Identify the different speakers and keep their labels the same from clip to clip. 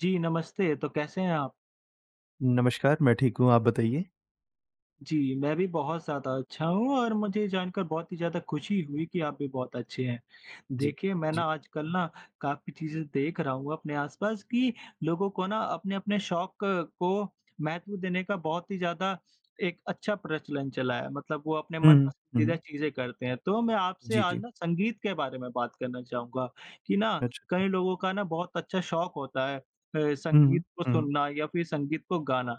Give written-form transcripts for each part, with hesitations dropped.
Speaker 1: जी, नमस्ते। तो कैसे हैं आप?
Speaker 2: नमस्कार, मैं ठीक हूँ, आप बताइए?
Speaker 1: जी, मैं भी बहुत ज़्यादा अच्छा हूँ और मुझे जानकर बहुत ही ज़्यादा खुशी हुई कि आप भी बहुत अच्छे हैं।
Speaker 2: जी,
Speaker 1: देखिए, मैं ना
Speaker 2: जी।
Speaker 1: आजकल ना काफ़ी चीज़ें देख रहा हूँ अपने आसपास कि लोगों को ना अपने-अपने शौक को महत्व देने का बहुत ही ज़्यादा एक अच्छा प्रचलन चला है। मतलब वो अपने
Speaker 2: हुँ,
Speaker 1: मन
Speaker 2: हुँ, हुँ,
Speaker 1: पसंदीदा
Speaker 2: हुँ।
Speaker 1: चीज़ें करते हैं। तो मैं आपसे
Speaker 2: जी,
Speaker 1: आज
Speaker 2: जी।
Speaker 1: ना संगीत के बारे में बात करना चाहूँगा कि ना
Speaker 2: अच्छा, अच्छा।
Speaker 1: कई लोगों का ना बहुत अच्छा शौक होता है
Speaker 2: हुँ,
Speaker 1: संगीत
Speaker 2: हुँ,
Speaker 1: को
Speaker 2: हुँ, हुँ,
Speaker 1: सुनना या फिर संगीत को गाना।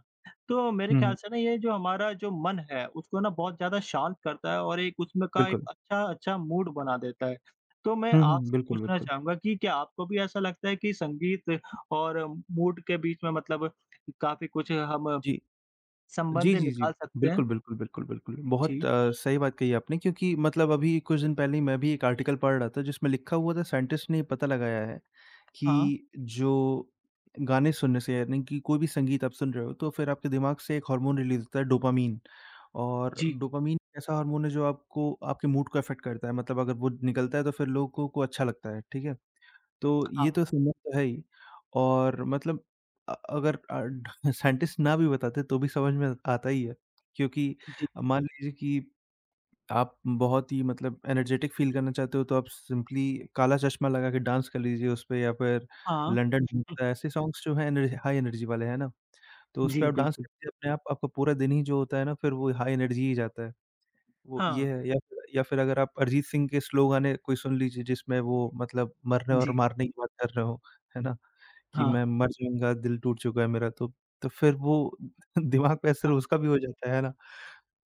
Speaker 1: तो मेरे
Speaker 2: हुँ,
Speaker 1: ख़्याल
Speaker 2: हुँ।
Speaker 1: से ना ये जो हमारा जो मन है उसको ना बहुत ज़्यादा शांत करता है और एक उसमें का एक
Speaker 2: बिल्कुल।
Speaker 1: अच्छा-अच्छा मूड बना देता है। तो मैं
Speaker 2: हुँ, हुँ,
Speaker 1: आपसे
Speaker 2: बिल्कुल,
Speaker 1: पूछना
Speaker 2: बिल्कुल।
Speaker 1: चाहूँगा कि क्या आपको भी ऐसा लगता है कि संगीत और मूड के बीच में मतलब काफ़ी कुछ हम
Speaker 2: जी।
Speaker 1: संबंध
Speaker 2: जी, जी, जी।
Speaker 1: निकाल सकते हैं?
Speaker 2: बिल्कुल, बिल्कुल, बिल्कुल, बिल्कुल। बहुत
Speaker 1: जी,
Speaker 2: सही बात कही आपने, क्योंकि मतलब अभी कुछ दिन पहले ही मैं भी एक आर्टिकल पढ़ रहा था, जिसमें लिखा हुआ था साइंटिस्ट ने ये पता लगाया है कि
Speaker 1: हाँ,
Speaker 2: जो गाने सुनने से, यानी कि कोई भी संगीत आप सुन रहे हो, तो फिर आपके दिमाग से एक हार्मोन रिलीज़ होता है, डोपामाइन। और
Speaker 1: जी,
Speaker 2: डोपामाइन ऐसा हार्मोन है जो आपको आपके मूड को अफ़ेक्ट करता है। मतलब अगर वो निकलता है तो फिर लोगों को अच्छा लगता है, ठीक है? तो ये
Speaker 1: हाँ,
Speaker 2: तो समझ तो है ही। और मतलब अगर ढ साइंटिस्ट ना भी बताते तो भी समझ में आता ही है। क्योंकि
Speaker 1: जी,
Speaker 2: मान लीजिए कि आप बहुत ही मतलब एनर्जेटिक फ़ील करना चाहते हो, तो आप सिंपली काला चश्मा लगा के डांस कर लीजिए उसपे, या फिर
Speaker 1: हाँ,
Speaker 2: लंदन धूमता है, ऐसे सॉन्ग्स जो हैं एनर्जी, हाई एनर्जी वाले, है ना? तो उसपे
Speaker 1: जी,
Speaker 2: आप डांस
Speaker 1: बिल्कुल।
Speaker 2: करके अपने आप आपका पूरा दिन ही जो होता है ना, फिर वो हाई एनर्जी ही जाता है। वो
Speaker 1: हाँ,
Speaker 2: ये है, या फिर अगर आप अरिजीत सिंह के स्लो गाने कोई सुन लीजिए जिसमें वो मतलब मरने
Speaker 1: जी,
Speaker 2: और मारने की बात कर रहे हो, है ना? कि
Speaker 1: हाँ,
Speaker 2: मैं मर जाऊँगा, दिल टूट चुका है मेरा, तो फिर वो दिमाग पे असर
Speaker 1: हाँ,
Speaker 2: उसका भी हो जाता है ना?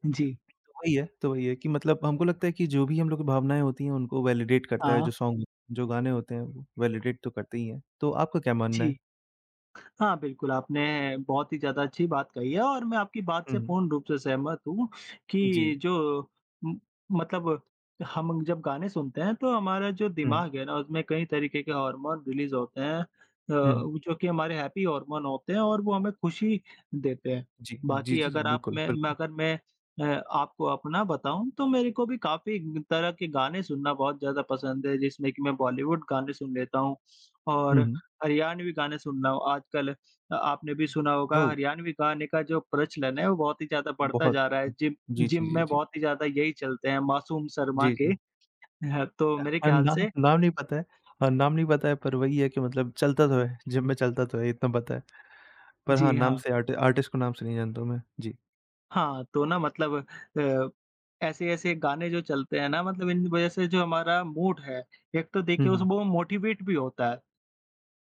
Speaker 1: जी,
Speaker 2: तो वही है, कि मतलब हमको लगता है कि जो भी हम लोग की भावनाएँ होती हैं उनको वैलिडेट करता है
Speaker 1: हाँ,
Speaker 2: जो गाने होते हैं वो वैलिडेट तो करते ही हैं। तो आपका क्या मानना
Speaker 1: जी।
Speaker 2: है?
Speaker 1: हाँ, बिल्कुल, आपने बहुत ही ज़्यादा अच्छी बात कही है और मैं आपकी बात से
Speaker 2: हुँ,
Speaker 1: पूर्ण रूप से सहमत हूँ
Speaker 2: जी।
Speaker 1: कि जो उम, मतलब हम जब गाने सुनते हैं, तो हमारा जो
Speaker 2: हुँ,
Speaker 1: दिमाग है ना, उसमें कई तरीके के हार्मोन रिलीज़ होते हैं
Speaker 2: हुँ।
Speaker 1: जो कि हमारे हैप्पी हार्मोन होते हैं और वो हमें खुशी देते हैं।
Speaker 2: जी, जी,
Speaker 1: बाकी
Speaker 2: जी, जी,
Speaker 1: अगर आप
Speaker 2: बिल्कुल,
Speaker 1: मैं
Speaker 2: बिल्कुल।
Speaker 1: अगर मैं अ, आपको अपना बताऊँ, तो मेरे को भी काफ़ी तरह के गाने सुनना बहुत ज़्यादा पसंद है, जिसमें कि मैं बॉलीवुड गाने सुन लेता हूँ और
Speaker 2: हुँ, हुँ।
Speaker 1: हरियाणवी गाने सुनना हो आजकल, आपने भी सुना होगा
Speaker 2: ओह!
Speaker 1: हरियाणवी गाने का जो प्रचलन है वो बहुत ही ज़्यादा बढ़ता
Speaker 2: बहुत
Speaker 1: जा रहा है।
Speaker 2: हुँ।
Speaker 1: जिम
Speaker 2: जी, जी,
Speaker 1: जिम
Speaker 2: जी,
Speaker 1: में
Speaker 2: जी।
Speaker 1: बहुत ही ज़्यादा यही चलते हैं मासूम शर्मा
Speaker 2: जी,
Speaker 1: के।
Speaker 2: जी।
Speaker 1: ह तो मेरे
Speaker 2: हाँ,
Speaker 1: ख़्याल
Speaker 2: नाम
Speaker 1: से
Speaker 2: नाम नहीं पता है। नाम नहीं पता है, पर वही है कि मतलब चलता तो है, जिम में चलता तो है, इतना पता है। पर हाँ,
Speaker 1: जी
Speaker 2: नाम
Speaker 1: हाँ।
Speaker 2: से आर्टिस्ट को नाम से नहीं जानता हूँ मैं। जी।
Speaker 1: हाँ, तो ना मतलब अ, ऐसे-ऐसे गाने जो चलते हैं ना मतलब इन वज़ह से जो हमारा मूड है, एक तो
Speaker 2: हुँ,
Speaker 1: देखिए उस
Speaker 2: हुँ।
Speaker 1: वो मोटिवेट भी होता है।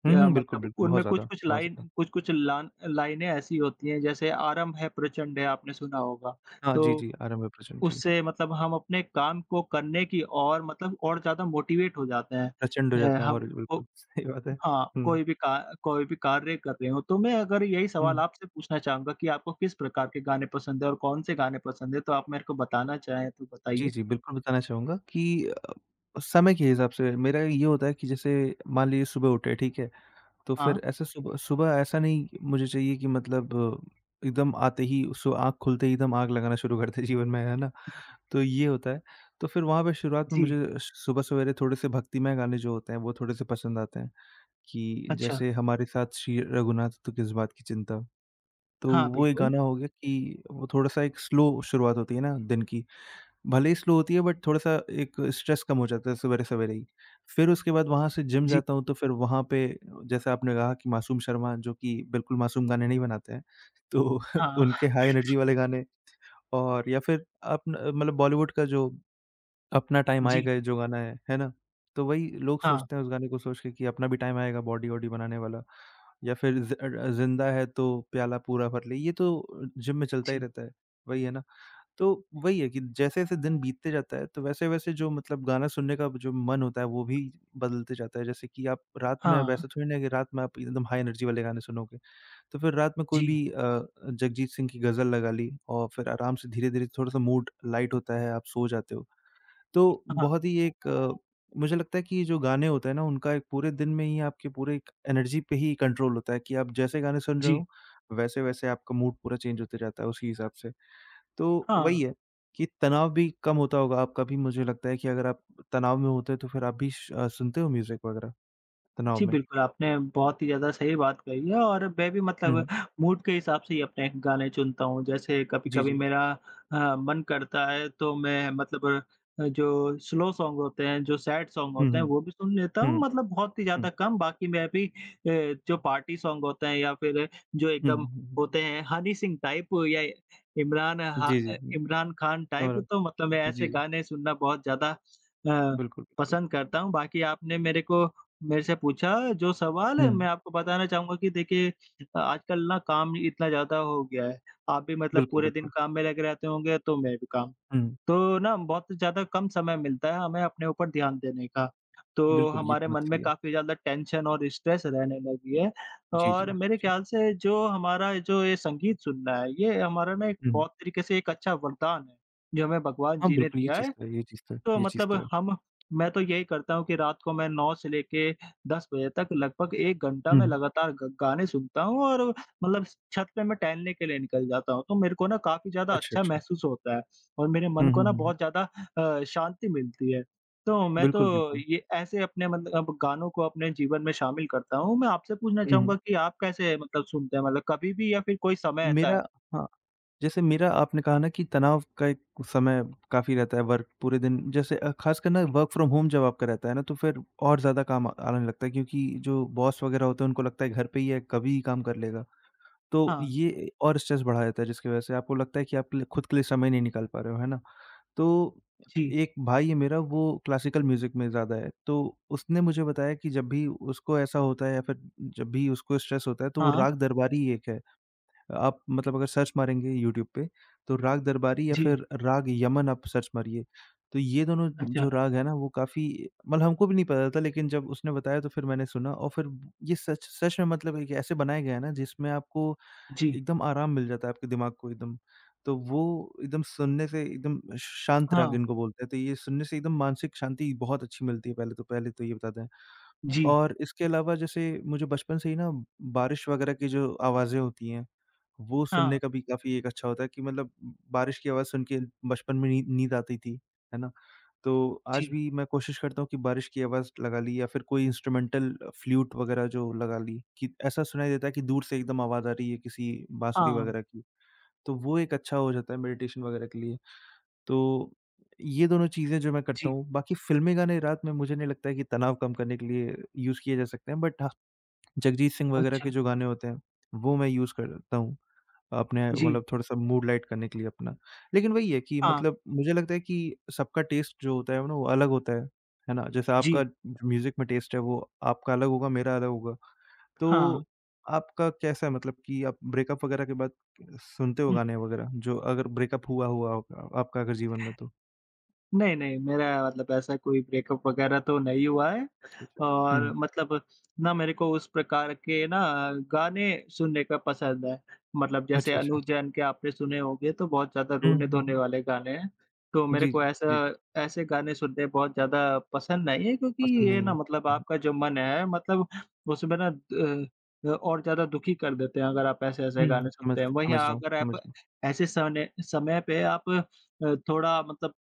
Speaker 2: हुँ,
Speaker 1: या
Speaker 2: हुँ, बिल्कुल,
Speaker 1: मतलब
Speaker 2: बिल्कुल, बहुत
Speaker 1: उनमें
Speaker 2: ज़्यादा,
Speaker 1: कुछ-कुछ
Speaker 2: बहुत
Speaker 1: लाइन
Speaker 2: ज़्यादा।
Speaker 1: कुछ-कुछ लान लाइनें ऐसी होती हैं जैसे आरंभ है प्रचंड है, आपने सुना होगा।
Speaker 2: हाँ, जी,
Speaker 1: तो
Speaker 2: जी, आरंभ है प्रचंड जी।
Speaker 1: उससे मतलब हम अपने काम को करने की और मतलब और ज़्यादा मोटिवेट हो जाते
Speaker 2: प्रचंड हो
Speaker 1: हैं। अ,
Speaker 2: जाते हैं, और
Speaker 1: हम को
Speaker 2: बिल्कुल, सही बात है।
Speaker 1: हाँ,
Speaker 2: हुँ,
Speaker 1: कोई भी कार्य कर रहे हो, तो मैं अगर यही
Speaker 2: हुँ।
Speaker 1: सवाल आपसे पूछना चाहूँगा कि आपको किस प्रकार के गाने पसंद है और कौन-से गाने पसंद है? तो आप मेरे को बताना चाहें तो
Speaker 2: जी,
Speaker 1: बताइए?
Speaker 2: जी, बिल्कुल बताना चाहूँगा कि अ, समय के हिसाब से मेरा ये होता है कि जैसे मान लीजिए सुबह उठे, ठीक है? तो
Speaker 1: हाँ,
Speaker 2: फिर ऐसे सुबह सुबह ऐसा नहीं मुझे चाहिए कि मतलब एकदम आते ही, आँख खुलते ही एकदम आग लगाना शुरू कर दें जीवन में, है ना? तो ये होता है। तो फिर वहाँ पे शुरुआत में
Speaker 1: जी,
Speaker 2: मुझे सुबह सवेरे थोड़े से भक्तिमय गाने जो होते हैं, वो थोड़े-से पसंद आते हैं, कि
Speaker 1: अच्छा।
Speaker 2: जैसे हमारे साथ श्री रघुनाथ तो किस बात की चिंता। तो
Speaker 1: हाँ,
Speaker 2: वो एक
Speaker 1: बिल्कुल।
Speaker 2: गाना हो गया कि वो थोड़ा-सा एक स्लो शुरुआत होती है ना दिन की। भले ही स्लो होती है, बट थोड़ा-सा एक स्ट्रेस कम हो जाता है सवेरे-सवेरे ही। फिर उसके बाद वहाँ से जिम
Speaker 1: जी,
Speaker 2: जाता हूँ, तो फिर वहाँ पे जैसे आपने कहा कि मासूम शर्मा, जो कि बिल्कुल मासूम गाने नहीं बनाते हैं, तो उनके
Speaker 1: हाँ,
Speaker 2: हाई एनर्जी वाले गाने। और या फिर अपना मतलब बॉलीवुड का जो अपना टाइम
Speaker 1: जी,
Speaker 2: आएगा, जो गाना है ना? तो वही लोग
Speaker 1: हाँ,
Speaker 2: सोचते हैं उस गाने को सोच के कि अपना भी टाइम आएगा, बॉडी-वॉडी बनाने वाला। या फिर ज़िंदा है तो प्याला पूरा भर ले, ये तो जिम में चलता ही
Speaker 1: जी,
Speaker 2: रहता है, वही है ना? तो वही है कि जैसे-जैसे दिन बीतते जाता है, तो वैसे-वैसे जो मतलब गाना सुनने का जो मन होता है, वो भी बदलते जाता है। जैसे कि आप रात में, अब
Speaker 1: हाँ,
Speaker 2: ऐसा थोड़ी ना है कि रात में आप एकदम हाई एनर्जी वाले गाने सुनोगे। तो फिर रात में कोई
Speaker 1: जी,
Speaker 2: भी जगजीत सिंह की गज़ल लगा ली, और फिर आराम से धीरे-धीरे थोड़ा-सा मूड लाइट होता है, आप सो जाते हो। तो
Speaker 1: हाँ,
Speaker 2: बहुत ही एक अ, मुझे लगता है कि ये जो गाने होते हैं ना, उनका एक पूरे दिन में ही आपके पूरे एक एनर्जी पे ही कंट्रोल होता है कि आप जैसे गाने सुन रहे
Speaker 1: जी,
Speaker 2: हो, वैसे-वैसे आपका मूड पूरा चेंज होते जाता है उसी हिसाब से। तो वही
Speaker 1: हाँ।
Speaker 2: है कि तनाव भी कम होता होगा आपका भी, मुझे लगता है कि अगर आप तनाव में होते हैं तो फिर आप भी सुनते हो म्यूज़िक वगैरह तनाव
Speaker 1: जी,
Speaker 2: में?
Speaker 1: बिल्कुल, आपने बहुत ही ज़्यादा सही बात कही है और मैं भी मतलब
Speaker 2: हुँ।
Speaker 1: मूड के हिसाब से ही अपने गाने चुनता हूँ। जैसे
Speaker 2: जी,
Speaker 1: कभी-कभी
Speaker 2: जी।
Speaker 1: मेरा मन करता है तो मैं मतलब जो स्लो सॉन्ग होते हैं, जो सैड सॉन्ग
Speaker 2: हुँ,
Speaker 1: होते हैं
Speaker 2: हुँ।
Speaker 1: वो भी सुन लेता हूँ,
Speaker 2: हुँ,
Speaker 1: मतलब बहुत ही ज़्यादा
Speaker 2: हुँ।
Speaker 1: कम। बाकी मैं भी जो पार्टी सॉन्ग होते हैं या फिर जो
Speaker 2: हुँ,
Speaker 1: एकदम
Speaker 2: हुँ, हुँ, हुँ।
Speaker 1: होते हैं हनी सिंह टाइप या
Speaker 2: जी, जी, जी।
Speaker 1: इमरान खान
Speaker 2: समझ
Speaker 1: टाइप,
Speaker 2: रहा
Speaker 1: तो
Speaker 2: हूँ।
Speaker 1: मतलब मैं
Speaker 2: जी,
Speaker 1: ऐसे
Speaker 2: जी।
Speaker 1: गाने सुनना बहुत ज़्यादा
Speaker 2: बिल्कुल, बिल्कुल।
Speaker 1: पसंद करता हूँ। बाकी आपने मेरे से पूछा जो सवाल है,
Speaker 2: हुँ।
Speaker 1: मैं आपको बताना चाहूँगा कि देखिए आजकल ना काम इतना ज़्यादा हो गया है। आप भी मतलब
Speaker 2: बिल्कुल,
Speaker 1: पूरे दिन
Speaker 2: बिल्कुल।
Speaker 1: काम में लगे रहते होंगे तो मैं भी काम।
Speaker 2: हुँ।
Speaker 1: तो ना बहुत ज़्यादा कम समय मिलता है हमें अपने ऊपर ध्यान देने का। तो
Speaker 2: बिल्कुल, ये
Speaker 1: हमारे
Speaker 2: तो बात
Speaker 1: मन में
Speaker 2: सही है।
Speaker 1: काफ़ी ज़्यादा टेंशन और स्ट्रेस रहने लगी है
Speaker 2: जी, जी,
Speaker 1: और मेरे
Speaker 2: जी।
Speaker 1: ख्याल से जो हमारा जो ये संगीत सुनना है ये हमारा ना एक
Speaker 2: हुँ, हुँ।
Speaker 1: बहुत तरीके से एक अच्छा वरदान है, जो हमें भगवान
Speaker 2: हाँ,
Speaker 1: जी ने
Speaker 2: बिल्कुल, ये
Speaker 1: दिया
Speaker 2: चीज़
Speaker 1: है।
Speaker 2: तो है, ये चीज़ तो है,
Speaker 1: तो
Speaker 2: ये चीज़
Speaker 1: मतलब
Speaker 2: तो है।
Speaker 1: हम, मैं तो यही करता हूँ कि रात को मैं 9 से लेके 10 बजे तक लगभग 1 घंटा
Speaker 2: हुँ,
Speaker 1: मैं
Speaker 2: हुँ।
Speaker 1: लगातार ग गाने सुनता हूँ और मतलब छत पे मैं टहलने के लिए निकल जाता हूँ। तो मेरे को ना काफ़ी ज़्यादा
Speaker 2: अच्छा,
Speaker 1: अच्छा
Speaker 2: अच्छा।
Speaker 1: महसूस होता है और मेरे मन
Speaker 2: हुँ,
Speaker 1: को
Speaker 2: हुँ,
Speaker 1: ना
Speaker 2: हुँ, हुँ।
Speaker 1: बहुत ज़्यादा शांति मिलती है। तो मैं
Speaker 2: बिल्कुल,
Speaker 1: तो
Speaker 2: बिल्कुल।
Speaker 1: ये ऐसे अपने मतलब गानों को अपने जीवन में शामिल करता हूँ। मैं आपसे पूछना
Speaker 2: हुँ,
Speaker 1: चाहूँगा
Speaker 2: हुँ।
Speaker 1: कि आप कैसे मतलब सुनते हैं? मतलब कभी भी या फिर कोई समय ऐसा है?
Speaker 2: मेरा हाँ। जैसे मेरा, आपने कहा ना कि तनाव का एक समय काफ़ी रहता है वर्क पूरे दिन, जैसे ख़ासकर ना वर्क फ्रॉम होम जब आपका रहता है ना तो फिर और ज़्यादा काम आने लगता है, क्योंकि जो बॉस वगैरह होते हैं उनको लगता है घर पे ही है, कभी ही काम कर लेगा। तो
Speaker 1: हाँ,
Speaker 2: ये और स्ट्रेस बढ़ा जाता है, जिसकी वजह से आपको लगता है कि खुद के लिए समय नहीं निकाल पा रहे हो, है ना? तो
Speaker 1: जी,
Speaker 2: एक भाई है मेरा, वो क्लासिकल म्यूज़िक में ज़्यादा है, तो उसने मुझे बताया कि जब भी उसको ऐसा होता है, या फिर जब भी उसको स्ट्रेस होता है, तो वो
Speaker 1: हाँ,
Speaker 2: राग दरबारी एक है, आप मतलब अगर सर्च मारेंगे यूट्यूब पे, तो राग दरबारी या
Speaker 1: जी,
Speaker 2: फिर राग यमन आप सर्च मारिए। तो ये दोनों
Speaker 1: अच्छा,
Speaker 2: जो राग है ना, वो काफ़ी, मतलब हमको भी नहीं पता था, लेकिन जब उसने बताया तो फिर मैंने सुना, और फिर ये सच सच में मतलब एक ऐसे बनाया गया है ना जिसमें आपको
Speaker 1: जी,
Speaker 2: एकदम आराम मिल जाता है आपके दिमाग को, एकदम। तो वो एकदम सुनने से एकदम शांत राग
Speaker 1: हाँ,
Speaker 2: इनको बोलते हैं। तो ये सुनने से एकदम मानसिक शांति बहुत अच्छी मिलती है, पहले तो ये बता दें।
Speaker 1: जी,
Speaker 2: और इसके अलावा जैसे मुझे बचपन से ही ना बारिश वगैरह की जो आवाज़ें होती हैं, वो सुनने
Speaker 1: हाँ।
Speaker 2: का भी काफ़ी एक अच्छा होता है, कि मतलब बारिश की आवाज़ सुन के बचपन में नी नींद आती थी, है ना? तो आज
Speaker 1: जी,
Speaker 2: भी मैं कोशिश करता हूँ कि बारिश की आवाज़ लगा ली, या फिर कोई इंस्ट्रूमेंटल फ्लूट वगैरह जो लगा ली, कि ऐसा सुनाई देता है कि दूर से एकदम आवाज़ आ रही है किसी बाँसुरी
Speaker 1: हाँ,
Speaker 2: वगैरह की। तो वो एक अच्छा हो जाता है मेडिटेशन वगैरह के लिए। तो ये दोनों चीज़ें जो मैं करता
Speaker 1: जी,
Speaker 2: हूँ, बाकी फ़िल्मी गाने रात में मुझे नहीं लगता है कि तनाव कम करने के लिए यूज़ किए जा सकते हैं, बट हाँ, जगजीत सिंह वगैरह के
Speaker 1: अच्छा,
Speaker 2: जो गाने होते हैं, वो मैं यूज़ करता हूँ। अपने
Speaker 1: जी,
Speaker 2: मतलब थोड़ा-सा मूड लाइट करने के लिए अपना। लेकिन वही है कि
Speaker 1: हाँ,
Speaker 2: मतलब मुझे लगता है कि सबका टेस्ट जो होता है ना वो अलग होता है ना? जैसे आपका
Speaker 1: जी,
Speaker 2: म्यूज़िक में टेस्ट है वो आपका अलग होगा, मेरा अलग होगा।
Speaker 1: हाँ,
Speaker 2: तो आपका कैसा है, मतलब कि आप ब्रेकअप वगैरह के बाद सुनते हो
Speaker 1: हुँ,
Speaker 2: गाने वगैरह, जो अगर ब्रेकअप हुआ हुआ होगा आपका अगर जीवन में तो?
Speaker 1: नहीं, नहीं, मेरा मतलब ऐसा कोई ब्रेकअप वगैरह तो नहीं हुआ है
Speaker 2: अच्छा, अच्छा।
Speaker 1: और
Speaker 2: हुँ।
Speaker 1: मतलब ना मेरे को उस प्रकार के ना गाने सुनने का पसंद है। मतलब जैसे
Speaker 2: अच्छा,
Speaker 1: अनु
Speaker 2: अच्छा।
Speaker 1: जैन के आपने सुने होंगे तो बहुत ज़्यादा
Speaker 2: हुँ, हुँ,
Speaker 1: रोने-धोने
Speaker 2: हुँ।
Speaker 1: वाले गाने हैं। तो मेरे
Speaker 2: जी, जी।
Speaker 1: को
Speaker 2: जी, जी।
Speaker 1: ऐसा ऐसे गाने सुनने बहुत ज़्यादा पसंद नहीं है क्योंकि
Speaker 2: पसंद
Speaker 1: ये
Speaker 2: नहीं
Speaker 1: ना
Speaker 2: है।
Speaker 1: मतलब
Speaker 2: हुँ,
Speaker 1: आपका जो मन है मतलब उसमें ना और ज़्यादा दुखी कर देते हैं अगर आप ऐसे-ऐसे
Speaker 2: हुँ,
Speaker 1: गाने
Speaker 2: हुँ, समझ
Speaker 1: सुनते हैं। वहीं
Speaker 2: समझ रहा हूँ,
Speaker 1: अगर
Speaker 2: समझ
Speaker 1: आप
Speaker 2: रहा हूँ।
Speaker 1: ऐसे सने समय पे आप थोड़ा मतलब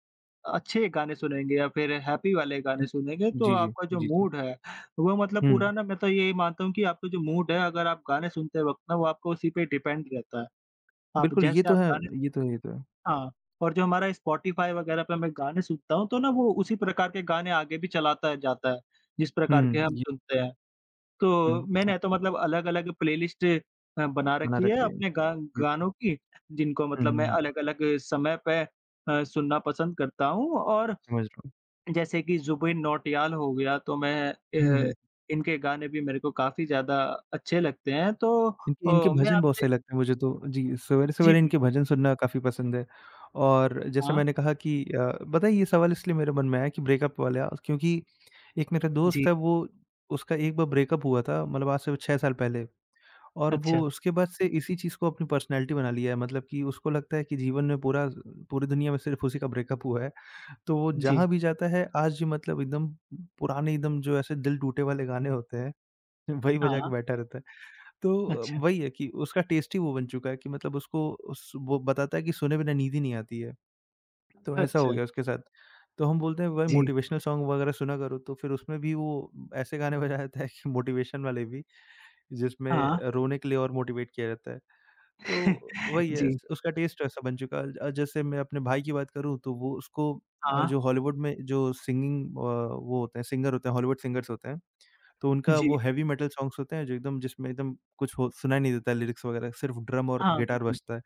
Speaker 1: अच्छे गाने सुनेंगे या फिर हैप्पी वाले गाने
Speaker 2: हुँ।
Speaker 1: सुनेंगे, तो
Speaker 2: जी, जी।
Speaker 1: आपका जो
Speaker 2: जी, जी।
Speaker 1: मूड है, वो मतलब
Speaker 2: हुँ।
Speaker 1: पूरा ना, मैं तो यही मानता हूँ कि आपका जो मूड है, अगर आप गाने सुनते वक़्त ना वो आपका उसी पे डिपेंड रहता है। आप
Speaker 2: बिल्कुल, ये
Speaker 1: जैसे
Speaker 2: तो
Speaker 1: आप
Speaker 2: है,
Speaker 1: गाने
Speaker 2: ये तो है, ये तो है।
Speaker 1: हाँ, और जो हमारा स्पॉटिफ़ाई वगैरह पे मैं गाने सुनता हूँ, तो ना वो उसी प्रकार के गाने आगे भी चलाता है जाता है, जिस प्रकार के
Speaker 2: हुँ,
Speaker 1: हम
Speaker 2: ये
Speaker 1: सुनते हैं।
Speaker 2: हुँ,
Speaker 1: तो मैंने तो मतलब अलग-अलग प्लेलिस्ट बना
Speaker 2: बना
Speaker 1: रखी है
Speaker 2: रखी है।
Speaker 1: अपने गा
Speaker 2: हुँ,
Speaker 1: गानों की, जिनको
Speaker 2: हुँ,
Speaker 1: मतलब मैं
Speaker 2: हुँ,
Speaker 1: अलग-अलग समय पे सुनना पसंद करता हूँ और
Speaker 2: समझ रहा हूँ।
Speaker 1: जैसे कि जुबिन नौटियाल हो गया, तो मैं
Speaker 2: हुँ,
Speaker 1: अ,
Speaker 2: हुँ,
Speaker 1: इनके गाने भी मेरे को काफ़ी ज़्यादा अच्छे लगते हैं। तो
Speaker 2: इनके इनके
Speaker 1: मैं
Speaker 2: भजन बहुत
Speaker 1: आपसे
Speaker 2: सही लगते हैं मुझे तो। जी,
Speaker 1: जी,
Speaker 2: सवेरे-सवेरे इनके
Speaker 1: बिल्कुल।
Speaker 2: भजन सुनना काफ़ी पसंद है। और जैसे
Speaker 1: हाँ,
Speaker 2: मैंने कहा कि पता है ये सवाल इसलिए मेरे मन में आया, कि ब्रेकअप वाला, क्योंकि एक मेरा
Speaker 1: जी,
Speaker 2: दोस्त है, वो, उसका एक बार ब्रेकअप हुआ था, मतलब आज से 6 साल पहले। और वो
Speaker 1: अच्छा,
Speaker 2: उसके बाद से इसी चीज़ को अपनी पर्सनैलिटी बना लिया है, मतलब कि उसको लगता है कि जीवन में पूरा पूरी दुनिया में सिर्फ़ उसी का ब्रेकअप हुआ है। तो वो
Speaker 1: जी,
Speaker 2: जहाँ भी जाता है आज भी मतलब एकदम पुराने, एकदम जो ऐसे दिल टूटे वाले गाने होते हैं, वही बजा
Speaker 1: हाँ,
Speaker 2: के बैठा रहता है। तो
Speaker 1: अच्छा,
Speaker 2: वही है कि उसका टेस्ट ही वो बन चुका है कि मतलब उसको, उस वो बताता है कि सुने बिना नींद ही नहीं आती है, तो ऐसा हो
Speaker 1: अच्छा,
Speaker 2: गया उसके साथ। तो हम बोलते हैं भाई
Speaker 1: जी,
Speaker 2: मोटिवेशनल सॉन्ग वगैरह सुना करो, तो फिर उसमें भी वो ऐसे गाने बजाया जाता है कि मोटिवेशन वाले भी,
Speaker 1: हाँ,
Speaker 2: जिसमें रोने के लिए और मोटिवेट किया जाता है। तो वही है,
Speaker 1: जी,
Speaker 2: उसका टेस्ट ऐसा बन चुका है। जैसे मैं अपने भाई की बात करूँ, तो वो उसको
Speaker 1: हाँ,
Speaker 2: जो हॉलीवुड में जो वो होते हैं सिंगर होते हैं, हॉलीवुड सिंगर्स होते हैं, तो उनका
Speaker 1: जी,
Speaker 2: वो हेवी मेटल सॉन्ग्स होते हैं जो एकदम जिसमें एकदम कुछ हो सुनाई नहीं देता लिरिक्स वगैरह, सिर्फ ड्रम और
Speaker 1: हाँ,
Speaker 2: गिटार
Speaker 1: बिल्कुल,
Speaker 2: बजता है।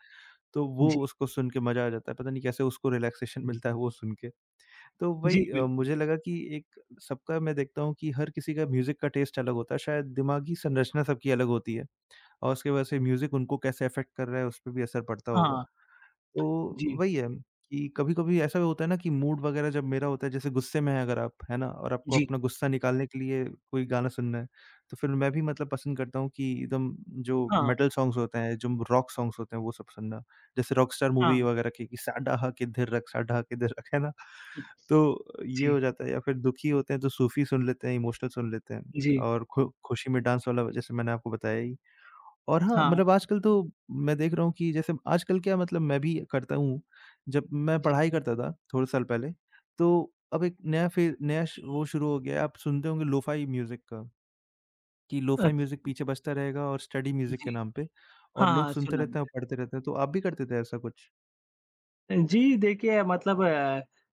Speaker 2: तो वो
Speaker 1: जी,
Speaker 2: उसको सुन के मज़ा आ जाता है, पता नहीं कैसे उसको रिलैक्सेशन मिलता है वो सुन के। तो
Speaker 1: जी,
Speaker 2: वही
Speaker 1: बिल्कुल,
Speaker 2: मुझे लगा कि एक सबका मैं देखता हूँ कि हर किसी का म्यूज़िक का टेस्ट अलग होता है, शायद दिमागी संरचना सबकी अलग होती है। और उसकी वजह से म्यूज़िक उनको कैसे अफ़ेक्ट कर रहा है, उसपे भी असर पड़ता होगा।
Speaker 1: हाँ,
Speaker 2: तो
Speaker 1: जी,
Speaker 2: वही है कि कभी-कभी ऐसा होता है ना कि मूड वगैरह जब मेरा होता है, जैसे गुस्से में हैं अगर आप, है ना? और आपको
Speaker 1: जी,
Speaker 2: अपना गुस्सा निकालने के लिए कोई गाना सुनना है, तो फिर मैं भी मतलब पसंद करता हूँ कि एकदम जो
Speaker 1: हाँ,
Speaker 2: मेटल सॉन्ग्स होते हैं, जो रॉक सॉन्ग्स होते हैं, वो सब सुनना। जैसे रॉकस्टार मूवी
Speaker 1: हाँ,
Speaker 2: वगैरह की कि "साडा हा किधर रख, साडा हा किधर रख" है ना? तो ये
Speaker 1: जी,
Speaker 2: हो जाता है या फिर दुखी होते हैं तो सूफ़ी सुन लेते हैं, इमोशनल सुन लेते हैं
Speaker 1: जी,
Speaker 2: और खु खुशी में डांस वाला जैसे मैंने आपको बताया ही। और हाँ,
Speaker 1: हाँ,
Speaker 2: मतलब आजकल तो मैं देख रहा हूँ कि जैसे आजकल क्या मतलब मैं भी करता हूँ, जब मैं
Speaker 1: जी,
Speaker 2: पढ़ाई करता था थोड़े साल पहले, तो अब एक नया फ़े नया श वो शुरू हो गया है, आप सुनते होंगे लोफ़ाई म्यूज़िक का, कि लोफ़ाई म्यूज़िक
Speaker 1: अच्छा,
Speaker 2: पीछे बजता रहेगा और स्टडी म्यूज़िक
Speaker 1: जी,
Speaker 2: के नाम पे
Speaker 1: हाँ,
Speaker 2: और लोग
Speaker 1: हाँ,
Speaker 2: सुनते
Speaker 1: सुना
Speaker 2: रहते हैं
Speaker 1: है।
Speaker 2: और पढ़ते रहते हैं, तो आप भी करते थे ऐसा कुछ?
Speaker 1: जी, देखिए मतलब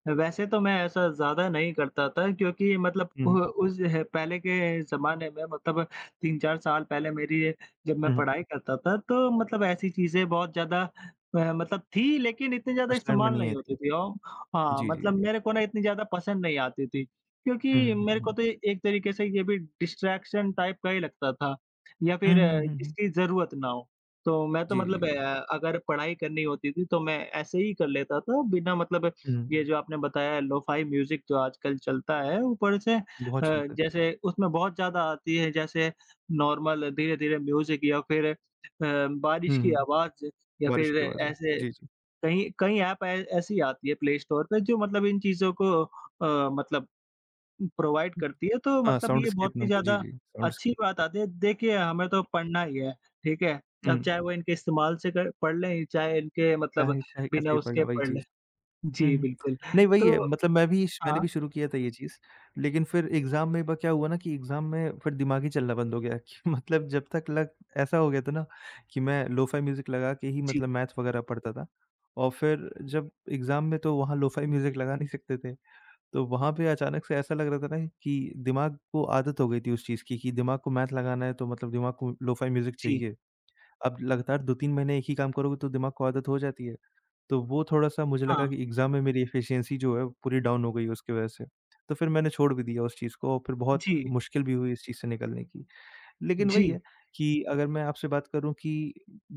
Speaker 1: वैसे तो मैं ऐसा ज़्यादा नहीं करता था क्योंकि मतलब
Speaker 2: हुँ,
Speaker 1: उ
Speaker 2: हुँ,
Speaker 1: उस ह पहले के ज़माने में मतलब 3-4 साल पहले जब मैं
Speaker 2: हुँ, हुँ,
Speaker 1: पढ़ाई करता था तो मतलब ऐसी चीज़ें बहुत ज़्यादा मतलब थी लेकिन इतनी ज़्यादा
Speaker 2: प्रचलन में
Speaker 1: इस्तेमाल
Speaker 2: नहीं
Speaker 1: नहीं
Speaker 2: आई
Speaker 1: होती
Speaker 2: थी।
Speaker 1: थी औ हाँ,
Speaker 2: जी, जी,
Speaker 1: मतलब
Speaker 2: जी।
Speaker 1: मेरे को ना इतनी ज़्यादा पसंद नहीं आती थी
Speaker 2: हुँ,
Speaker 1: क्योंकि
Speaker 2: हुँ, हुँ,
Speaker 1: मेरे को
Speaker 2: हुँ।
Speaker 1: तो एक तरीके से ये भी डिस्ट्रैक्शन टाइप का ही लगता था या
Speaker 2: हुँ,
Speaker 1: फिर
Speaker 2: हुँ, हुँ, हुँ।
Speaker 1: जिसकी ज़रूरत ना हो। तो मैं तो
Speaker 2: जी,
Speaker 1: मतलब
Speaker 2: जी, जी।
Speaker 1: अगर पढ़ाई करनी होती थी तो मैं ऐसे ही कर लेता था बिना मतलब
Speaker 2: हुँ,
Speaker 1: ये जो आपने बताया लोफाई म्यूजिक जो आजकल चलता है ऊपर से,
Speaker 2: बहुत चलता है।
Speaker 1: जैसे उसमें बहुत ज़्यादा आती है जैसे नॉर्मल धीरे-धीरे म्यूजिक या फिर बारिश
Speaker 2: हुँ,
Speaker 1: की
Speaker 2: हुँ,
Speaker 1: आवाज़ या
Speaker 2: बारिश
Speaker 1: फिर
Speaker 2: की आवाज़ें।
Speaker 1: ऐसे
Speaker 2: जी, जी।
Speaker 1: कहीं कहीं ऐप ऐ ऐसी आती है प्ले स्टोर पे जो मतलब इन चीज़ों को मतलब प्रोवाइड करती है, तो
Speaker 2: हाँ,
Speaker 1: मतलब ये बहुत
Speaker 2: साउंडस्केप
Speaker 1: ही
Speaker 2: नाम का जी,
Speaker 1: ज़्यादा
Speaker 2: जी,
Speaker 1: अच्छी
Speaker 2: साउंडस्केप।
Speaker 1: बात आती है। देखिए, हमें तो पढ़ना ही है, ठीक है? अब
Speaker 2: हुँ।
Speaker 1: चाहे वो इनके इस्तेमाल से कर पढ़ लें, चाहे इनके मतलब
Speaker 2: चाहे चाहे कैसे
Speaker 1: बिना
Speaker 2: ही पढ़ना,
Speaker 1: उसके
Speaker 2: वही
Speaker 1: पढ़ लें।
Speaker 2: चीज़।
Speaker 1: जी,
Speaker 2: हुँ, हुँ।
Speaker 1: बिल्कुल।
Speaker 2: नहीं वही है
Speaker 1: तो
Speaker 2: मतलब
Speaker 1: हाँ,
Speaker 2: मैंने भी शुरू किया था ये चीज़, लेकिन फिर एग्ज़ाम में एक बार क्या हुआ ना कि एग्ज़ाम में फिर दिमाग ही चलना बंद हो गया कि मतलब जब तक लग ऐसा हो गया था ना कि मैं लो-फ़ाई म्यूज़िक लगा के ही
Speaker 1: जी,
Speaker 2: मतलब मैथ वगैरह पढ़ता था और फिर जब एग्ज़ाम में तो वहाँ लो-फ़ाई म्यूज़िक लगा नहीं सकते थे, तो वहाँ पे अचानक से ऐसा लग रहा था ना कि दिमाग को आदत हो गई थी उस चीज़ की कि दिमाग को मैथ लगाना है तो मतलब दिमाग को लो-फ़ाई म्यूज़िक
Speaker 1: जी,
Speaker 2: चाहिए। अब लगातार 2-3 महीने एक ही काम करोगे तो दिमाग को आदत हो जाती है। तो वो थोड़ा-सा मुझे
Speaker 1: हाँ,
Speaker 2: लगा कि एग्ज़ाम में मेरी एफिशिएंसी जो है पूरी डाउन हो गई उसकी वज़ह से। तो फिर मैंने छोड़ भी दिया उस चीज़ को और फिर बहुत
Speaker 1: जी,
Speaker 2: मुश्किल भी हुई इस चीज़ से निकलने की। लेकिन वही
Speaker 1: जी,
Speaker 2: है कि अगर मैं आपसे बात करूँ कि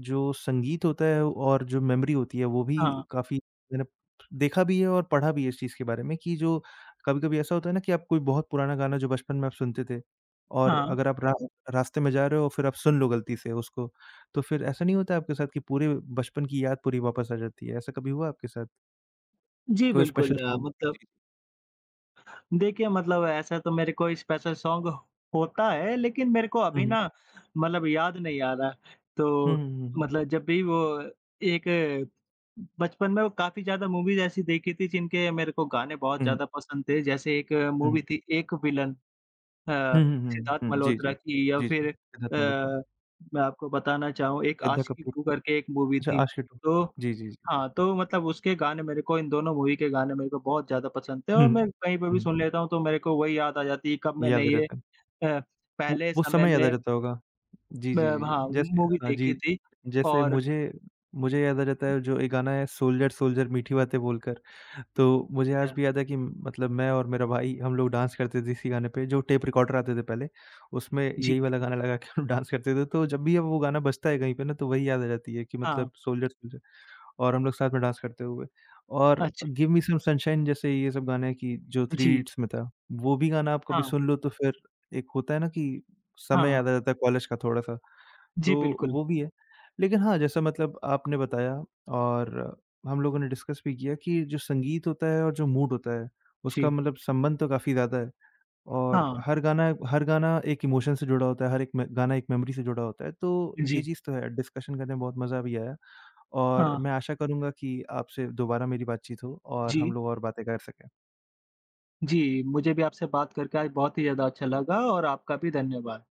Speaker 2: जो संगीत होता है और जो मेमोरी होती है वो भी
Speaker 1: हाँ,
Speaker 2: काफ़ी मैंने देखा भी है और पढ़ा भी है इस चीज़ के बारे में कि जो कभी-कभी ऐसा होता है ना कि आप कोई बहुत पुराना गाना जो बचपन में आप सुनते थे और
Speaker 1: हाँ।
Speaker 2: अगर आप रा रास्ते में जा रहे हो फिर आप सुन लो गलती से उसको, तो फिर ऐसा नहीं होता आपके साथ कि पूरे बचपन की याद पूरी वापस आ जाती है? ऐसा कभी हुआ आपके साथ?
Speaker 1: जी,
Speaker 2: कोई स्पेशल
Speaker 1: बिल्कुल
Speaker 2: सॉन्ग?
Speaker 1: मतलब
Speaker 2: जी।
Speaker 1: देखिए, मतलब ऐसा तो मेरे कोई स्पेशल सॉन्ग होता है, लेकिन मेरे को
Speaker 2: हुँ,
Speaker 1: अभी
Speaker 2: हुँ।
Speaker 1: ना मतलब याद नहीं आ रहा।
Speaker 2: हुँ,
Speaker 1: तो
Speaker 2: हुँ, हुँ,
Speaker 1: मतलब जब भी वो एक बचपन में वो काफ़ी ज़्यादा मूवीज़ ऐसी देखी थी जिनके मेरे को गाने बहुत
Speaker 2: हुँ।
Speaker 1: ज़्यादा पसंद थे। जैसे एक मूवी
Speaker 2: हुँ,
Speaker 1: थी एक विलन, अ,
Speaker 2: हुँ, हुँ, हुँ, हुँ,
Speaker 1: सिद्धार्थ
Speaker 2: हुँ, हुँ, जी,
Speaker 1: मल्होत्रा
Speaker 2: जी।
Speaker 1: की या
Speaker 2: जी, जी।
Speaker 1: फिर
Speaker 2: सिद्धार्थ मल्होत्रा,
Speaker 1: मैं आपको बताना चाहूँ एक
Speaker 2: श्रद्धा
Speaker 1: आशिकी
Speaker 2: कपूर।
Speaker 1: टू करके एक मूवी
Speaker 2: अच्छा,
Speaker 1: थी।
Speaker 2: आशिकी टू।
Speaker 1: तो
Speaker 2: जी, जी, जी।
Speaker 1: हाँ, तो मतलब उसके गाने मेरे को इन दोनों मूवी के गाने मेरे को बहुत ज़्यादा पसंद थे
Speaker 2: हुँ,
Speaker 1: और मैं कहीं पे
Speaker 2: हुँ,
Speaker 1: भी
Speaker 2: हुँ,
Speaker 1: सुन लेता हूँ तो मेरे को वही याद आ जाती है कब मैंने
Speaker 2: याद
Speaker 1: ये
Speaker 2: रहता है।
Speaker 1: अ, पहले
Speaker 2: वो
Speaker 1: समय
Speaker 2: समय याद आ
Speaker 1: में
Speaker 2: जाता होगा। जी,
Speaker 1: अ,
Speaker 2: जी, जी,
Speaker 1: हाँ,
Speaker 2: जैसे
Speaker 1: मूवी
Speaker 2: हाँ
Speaker 1: देखी
Speaker 2: जी,
Speaker 1: थी
Speaker 2: जैसे
Speaker 1: और
Speaker 2: मुझे मुझे याद आ जाता है जो एक गाना है सोल्जर सोल्जर मीठी बातें बोलकर, तो मुझे आज
Speaker 1: अच्छा,
Speaker 2: भी याद है कि मतलब मैं और मेरा भाई हम लोग डांस करते थे इसी गाने पे, जो टेप रिकॉर्डर आते थे पहले, उसमें
Speaker 1: जी,
Speaker 2: यही वाला गाना लगा के हम डांस करते थे। तो जब भी अब वो गाना बजता है कहीं पे ना तो वही याद आ जाती है कि
Speaker 1: हाँ,
Speaker 2: मतलब सोल्जर सोल्जर और हम लोग साथ में डांस करते हुए और
Speaker 1: अच्छा,
Speaker 2: गिव मी सम सनशाइन जैसे ये सब गाने कि जो थ्री
Speaker 1: जी,
Speaker 2: इडियट्स में था, वो भी गाना आप कभी
Speaker 1: हाँ,
Speaker 2: सुन लो तो फिर एक होता है ना कि समय
Speaker 1: हाँ,
Speaker 2: याद आ जाता है कॉलेज का थोड़ा-सा,
Speaker 1: जी,
Speaker 2: तो
Speaker 1: बिल्कुल,
Speaker 2: वो भी है। लेकिन हाँ, जैसा मतलब आपने बताया और हम लोगों ने डिस्कस भी किया कि जो संगीत होता है और जो मूड होता है, उसका
Speaker 1: जी,
Speaker 2: मतलब संबंध तो काफ़ी ज़्यादा है। और
Speaker 1: हाँ,
Speaker 2: हर गाना एक इमोशन से जुड़ा होता है, हर एक म गाना एक मेमोरी से जुड़ा होता है, तो ये
Speaker 1: जी,
Speaker 2: चीज़ तो है, डिस्कशन करने में बहुत मज़ा भी आया और
Speaker 1: हाँ,
Speaker 2: मैं आशा करूँगा कि आपसे दोबारा मेरी बातचीत हो और हम
Speaker 1: जी,
Speaker 2: लोग और बातें कर सकें।
Speaker 1: जी, मुझे भी आपसे बात करके आज बहुत ही ज़्यादा अच्छा लगा और आपका भी धन्यवाद।